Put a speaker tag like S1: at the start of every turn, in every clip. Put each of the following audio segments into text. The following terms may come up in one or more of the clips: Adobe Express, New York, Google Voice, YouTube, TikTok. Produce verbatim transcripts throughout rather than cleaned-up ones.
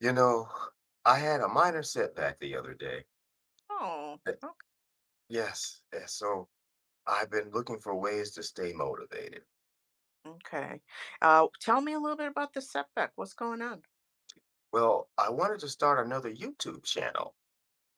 S1: You know, I had a minor setback the other day.
S2: Oh,
S1: Uh,
S2: ok
S1: Yes, uh, so I've been looking for ways to stay motivated.
S2: okay. Uh, tell me a little bit about the setback. What's going on?
S1: Well, I wanted to start another YouTube channel,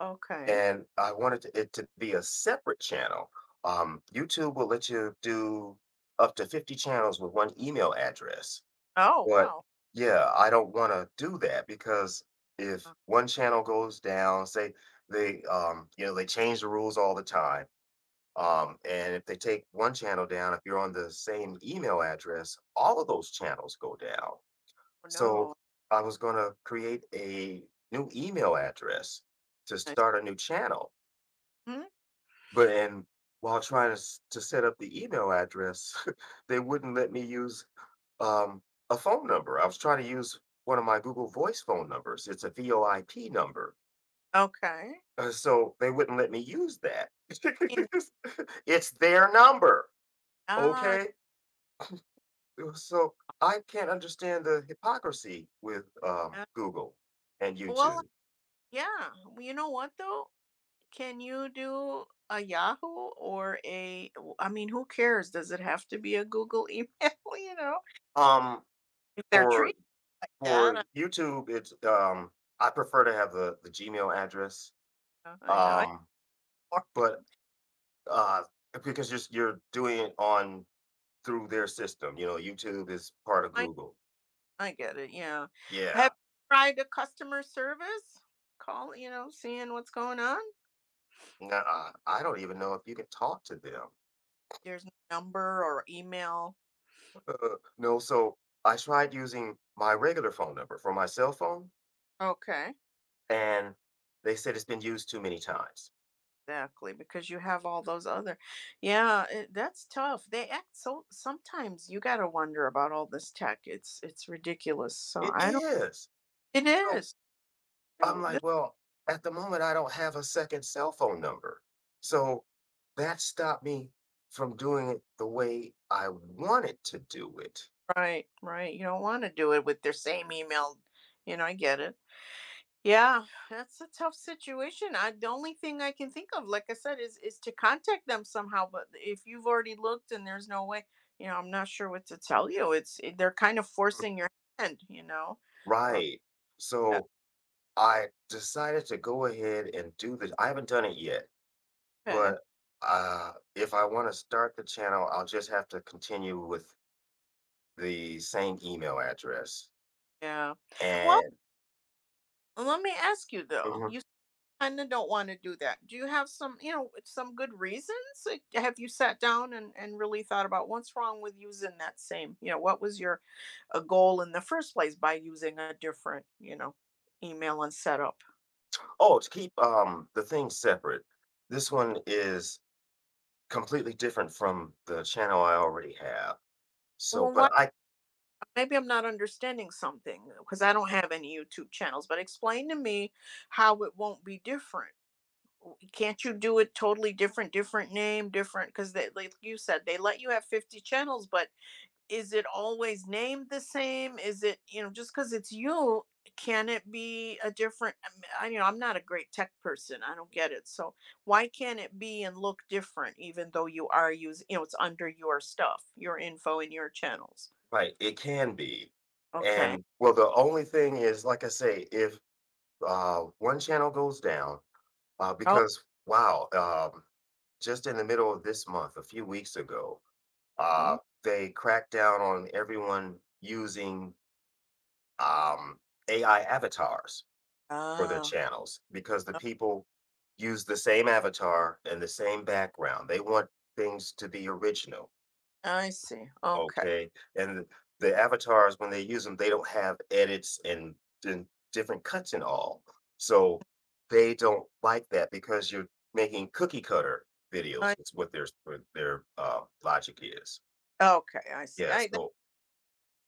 S2: Okay.
S1: and I wanted to- it to be a separate channel. Um, YouTube will let you do up to fifty channels with one email address.
S2: Oh,
S1: But
S2: wow.
S1: yeah, I don't want to do that because if
S2: Oh,
S1: one channel goes down, say they um, you know, they change the rules all the time. Um, and if they take one channel down, if you're on the same email address, all of those channels go down. So
S2: no.
S1: I was going to create a new email address to
S2: I s
S1: start a new channel.
S2: Mhm.
S1: But and while trying to, s- to set up the email address, they wouldn't let me use um, a phone number. I was trying to use one of my Google Voice phone numbers. It's a VoIP number.
S2: Okay.
S1: Uh, So they wouldn't let me use that.
S2: In
S1: It's their number.
S2: ah,
S1: Okay. Uh, So I can't understand the hypocrisy with um,
S2: yeah.
S1: Google and
S2: Well,
S1: YouTube.
S2: yeah. Well, you know what, though? Can you do a Yahoo or a w I mean, who cares? Does it have to be a Google email, you know?
S1: Um,
S2: If they're
S1: for
S2: treating like
S1: for
S2: that, I
S1: YouTube, it's um, I prefer to have the the Gmail address,
S2: know. I know.
S1: um, but uh, because you're s- you're doing it on through their system, you know, YouTube is part of
S2: I
S1: Google.
S2: I get it, yeah. Have
S1: Yeah,
S2: you tried a customer service? Call, you know, seeing what's going on?
S1: nuh-uh. I don't even know if you can talk to them.
S2: There's no number or email.
S1: Uh, no, so I tried using my regular phone number for my cell phone,
S2: Okay.
S1: and they said it's been used too many times.
S2: Exactly, because you have all those other. Yeah, it, that's tough. They act so sometimes you gotta wonder about all this tech. It's it's ridiculous. So
S1: It
S2: I don't,
S1: is.
S2: it
S1: So,
S2: is.
S1: I'm
S2: You
S1: like,
S2: that's
S1: "Well, at the moment, I don't have a second cell phone number." So, that stopped me from doing it the way I wanted to do it.
S2: Right, right. You don't wanna do it with their same email. You know, I get it. Yeah, that's a tough situation. I the only thing I can think of, like I said, is is to contact them somehow. But if you've already looked and there's no way, you know, I'm not sure what to tell you. It's it- they're kind of
S1: Mm,
S2: forcing your hand, you know. Uh,
S1: right.
S2: yeah,
S1: So, I decided to go ahead and do this. I haven't done it yet.
S2: okay,
S1: But, uh, if I wanna start the channel, I'll just have to continue with the same email address
S2: yeah. Well,
S1: and
S2: let me ask you though.
S1: mhm.
S2: You kind of don't want to do that. Do you have some, you know, some good reasons? Like, have you sat down and and really thought about what's wrong with using that same? You know, what was your a goal in the first place by using a different, you know, email and setup.
S1: Oh, to keep, um, the things separate. This one is completely different from the channel I already have. So,
S2: Well, why?
S1: but I
S2: Maybe I'm not understanding something because I don't have any YouTube channels. But explain to me how it won't be different. Can't you do it totally different, different name, different? Because they, like you said, they let you have fifty channels, but is it always named the same? Is it, you know, just because it's you, can it be a different? um, I, you know, I'm not a great tech person. I don't get it. So why can't it be and look different, even though you are using, you know, it's under your stuff, your info and your channels?
S1: right, it can be.
S2: Okay.
S1: And, well, the only thing is, like I say, if, uh, one channel goes down, uh,
S2: Oh,
S1: because wow, um, just in the middle of this month, a few weeks ago,
S2: mm,
S1: Uh, they cracked down on everyone using um, A I avatars for their
S2: ah,
S1: channels because the people use the same avatar and the same background. They want things to be original,
S2: I see. Okay.
S1: okay? And the avatars, when they use them, they don't have edits and, and different cuts and all. So they don't like that because you're making cookie cutter
S2: I
S1: videos. It's what their what their uh, logic is.
S2: okay. I see.
S1: Yeah.
S2: I that,
S1: So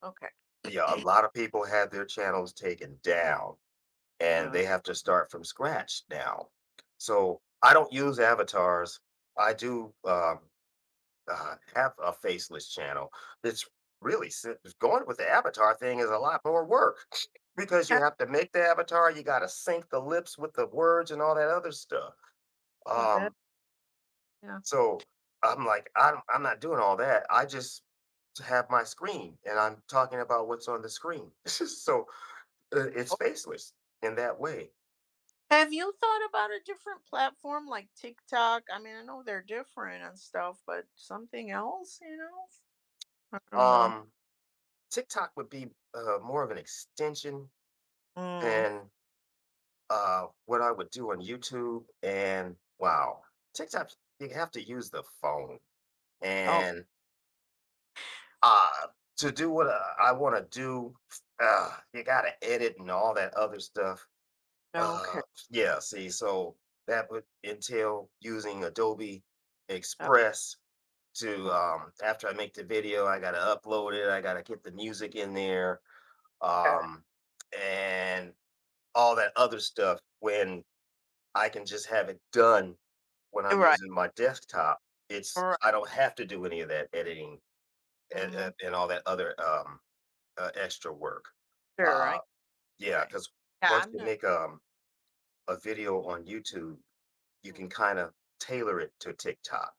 S2: okay.
S1: yeah, a lot of people had their channels taken down and
S2: Uh,
S1: they have to start from scratch now. So I don't use avatars. I do um, uh, have a faceless channel. It's really si- Going with the avatar thing is a lot more work because you
S2: uh,
S1: have to make the avatar. You got to sync the lips with the words and all that other stuff.
S2: uh, that,
S1: Um,
S2: yeah.
S1: so I'm like, I'm, I'm not doing all that. I just have my screen and I'm talking about what's on the screen. So uh, it's spaceless in that way.
S2: Have you thought about a different platform like TikTok? I mean, I know they're different and stuff, but something else, you know? I don't know.
S1: Um, TikTok would be uh, more of an extension
S2: Mm.
S1: than uh, what I would do on YouTube. And wow, TikTok, you have to use the phone.
S2: Oh,
S1: And uh, to do what uh, I want to do, uh, you got to edit and all that other stuff. Uh,
S2: okay.
S1: yeah, see, so that would entail using Adobe
S2: Oh,
S1: Express to um after I make the video, I gotta upload it, I gotta get the music in there,
S2: okay.
S1: um, and all that other stuff, when I can just have it done when
S2: You're
S1: I'm
S2: right.
S1: using my desktop.
S2: All
S1: It's
S2: right.
S1: I don't have to do any of that editing and,
S2: Mm-hmm.
S1: and, and all that other um uh, extra work.
S2: Sure.
S1: Uh
S2: I,
S1: yeah,
S2: okay.
S1: because
S2: Yeah,
S1: once
S2: I'm
S1: you
S2: not.
S1: make um a video on YouTube, you
S2: Mhm.
S1: can kind of tailor it to TikTok.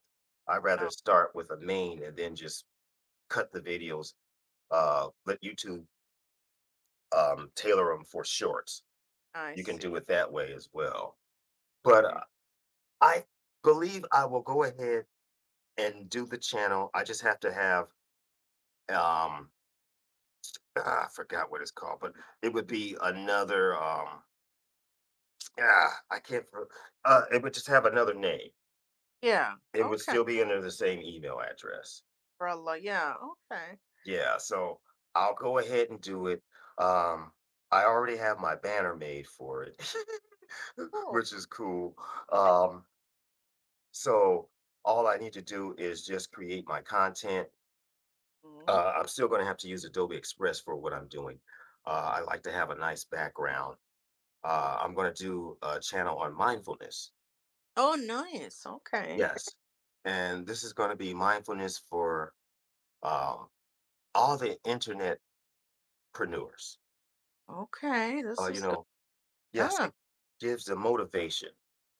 S1: I'd rather
S2: Oh,
S1: start with a main and then just cut the videos, uh, let YouTube um, tailor them for shorts.
S2: I
S1: You can
S2: see.
S1: do it that way as well. But
S2: Okay.
S1: uh, I believe I will go ahead and do the channel. I just have to have um, ah, I forgot what it's called, but it would be another. Um, ah, I can't. Re- Uh, it would just have another name.
S2: Yeah.
S1: It would
S2: Okay.
S1: still be under the same email address.
S2: Umbrella. Yeah. Okay.
S1: Yeah, so I'll go ahead and do it. Um, I already have my banner made for it,
S2: Cool.
S1: which is cool.
S2: Yeah.
S1: Um, so all I need to do is just create my content.
S2: Mhm.
S1: Uh, I'm still going to have to use Adobe Express for what I'm doing. Uh, I like to have a nice background. Uh, I'm going to do a channel on mindfulness.
S2: Oh, nice. Okay.
S1: Yes. And this is going to be mindfulness for um, all the internetpreneurs.
S2: Okay.
S1: Uh,
S2: This
S1: you
S2: is good.
S1: know, Yes,
S2: Yeah.
S1: it gives them motivation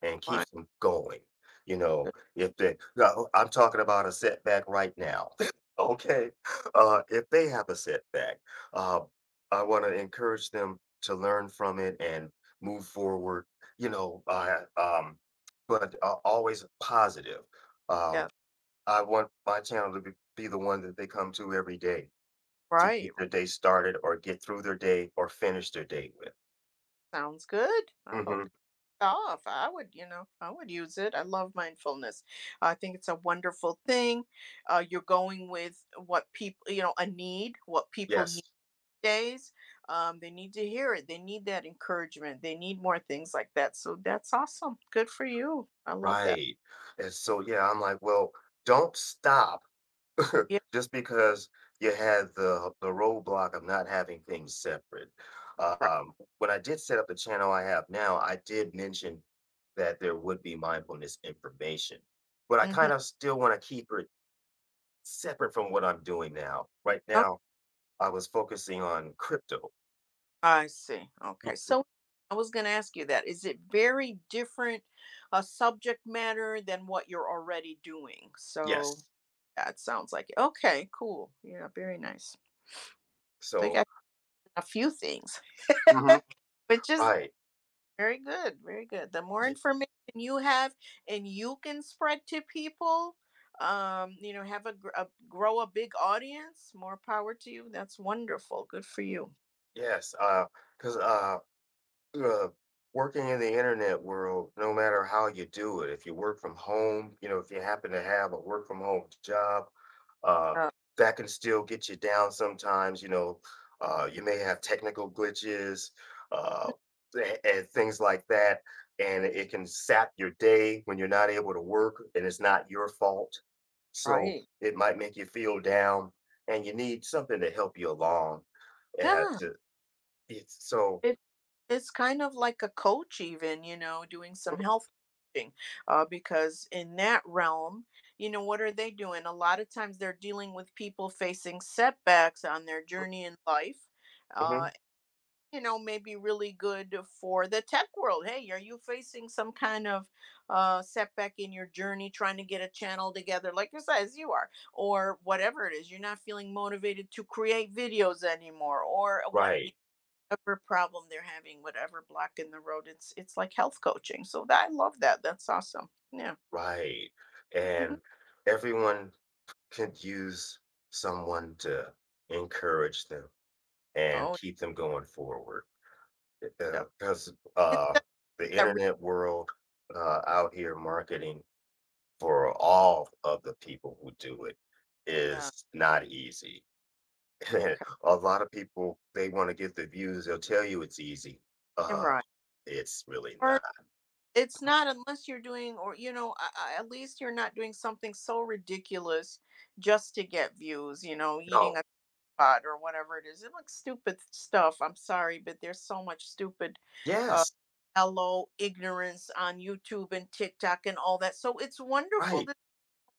S1: and
S2: Right.
S1: keeps them going, you know,
S2: Good.
S1: if they no, I'm talking about a setback right now, okay? Uh, if they have a setback, uh, I wanna encourage them to learn from it and move forward, you know, uh, um, but, uh, always positive.
S2: Yeah.
S1: Um, I want my channel to be be the one that they come to every day to get
S2: Right.
S1: their day started or get through their day or finish their day with.
S2: Sounds good. I hope
S1: Mhm,
S2: off. I would, you know, I would use it. I love mindfulness. I think it's a wonderful thing. Uh, you're going with what people, you know, a need, what people
S1: yes.
S2: need days. Um, they need to hear it. They need that encouragement. They need more things like that. So that's awesome. Good for you. I love that.
S1: Right. And so, yeah, I'm like, well, don't stop
S2: Yeah.
S1: just because you had the the roadblock of not having things separate.
S2: Right.
S1: Um, when I did set up the channel I have now, I did mention that there would be mindfulness information, but I
S2: Hmm.
S1: kind of still want to keep it separate from what I'm doing now. Right
S2: Oh,
S1: now, I was focusing on crypto.
S2: I see. Okay.
S1: Mhm.
S2: So I was going to ask you that. Is it very different a subject matter than what you're already doing? So
S1: Yes.
S2: yeah, it sounds like it. Okay, cool. Yeah, very nice. They
S1: So,
S2: got a few things,
S1: mhm,
S2: which is
S1: right.
S2: very good. Very good. The more
S1: Y-
S2: information you have and you can spread to people, um, you know, have a, gr- a grow a big audience, more power to you. That's wonderful. Good for you.
S1: yes. Because Uh, because uh, working in the internet world, no matter how you do it, if you work from home, you know, if you happen to have a work from home job, uh,
S2: Yeah,
S1: that can still get you down sometimes. You know, uh, you may have technical glitches, uh, a- and things like that. And it can sap your day when you're not able to work and it's not your fault. So
S2: right.
S1: it might make you feel down and you need something to help you along. And
S2: Yeah.
S1: to, it's so,
S2: It it's kind of like a coach even, you know, doing some health coaching, uh, because in that realm, you know, what are they doing? A lot of times they're dealing with people facing setbacks on their journey in life.
S1: mhm,
S2: Uh, you know, maybe really good for the tech world. Hey, are you facing some kind of uh, setback in your journey trying to get a channel together, like you said, as you are, or whatever it is? You're not feeling motivated to create videos anymore, or what?
S1: right.
S2: Whatever problem they're having, whatever block in the road, it's it's like health coaching. So that, I love that. That's awesome. Yeah.
S1: Right.
S2: Mhm.
S1: And everyone could use someone to encourage them and
S2: Oh,
S1: keep them going forward. Because
S2: yeah.
S1: uh, 'cause,
S2: It's
S1: uh,
S2: that,
S1: the
S2: that re-
S1: internet world, uh, out here marketing for all of the people who do it,
S2: yeah.
S1: is not easy. And
S2: Okay.
S1: a lot of people, they want to get the views, they'll tell you it's easy.
S2: Yeah,
S1: Uh,
S2: right.
S1: it's really
S2: Or
S1: not.
S2: it's not unless you're doing, or you know, I, I- at least you're not doing something so ridiculous just to get views. You know, eating
S1: No,
S2: a spot or whatever it is. It looks stupid stuff. I'm sorry, but there's so much stupid uh,
S1: yes,
S2: hello ignorance on YouTube and TikTok and all that. So it's wonderful
S1: right.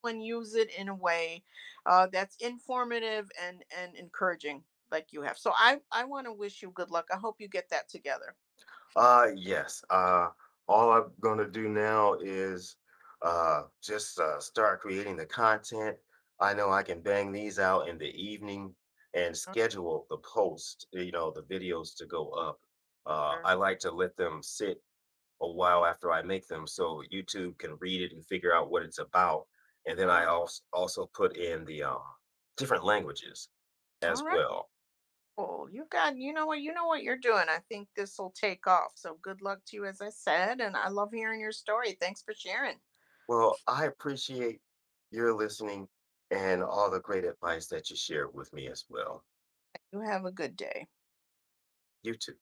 S2: and use it in a way uh, that's informative and and encouraging like you have. So i i want to wish you good luck. I hope you get that together.
S1: Uh, yes. Uh, all I'm gonna do now is uh just uh, start creating the content. I know I can bang these out in the evening and
S2: All right,
S1: schedule the post, you know, the videos to go up. Uh,
S2: sir.
S1: I like to let them sit a
S2: Mm,
S1: while after I make them so YouTube can read it and figure out what it's about. And then I
S2: uh,
S1: also also put in the um different languages
S2: all
S1: as
S2: right,
S1: well.
S2: cool. You got, you know what, you know what you're doing. I think this will take off, so good luck to you, as I said, and I love hearing your story. Thanks for sharing.
S1: Well, I appreciate your listening and all the great advice that you shared with me as well.
S2: You have a good day.
S1: You too.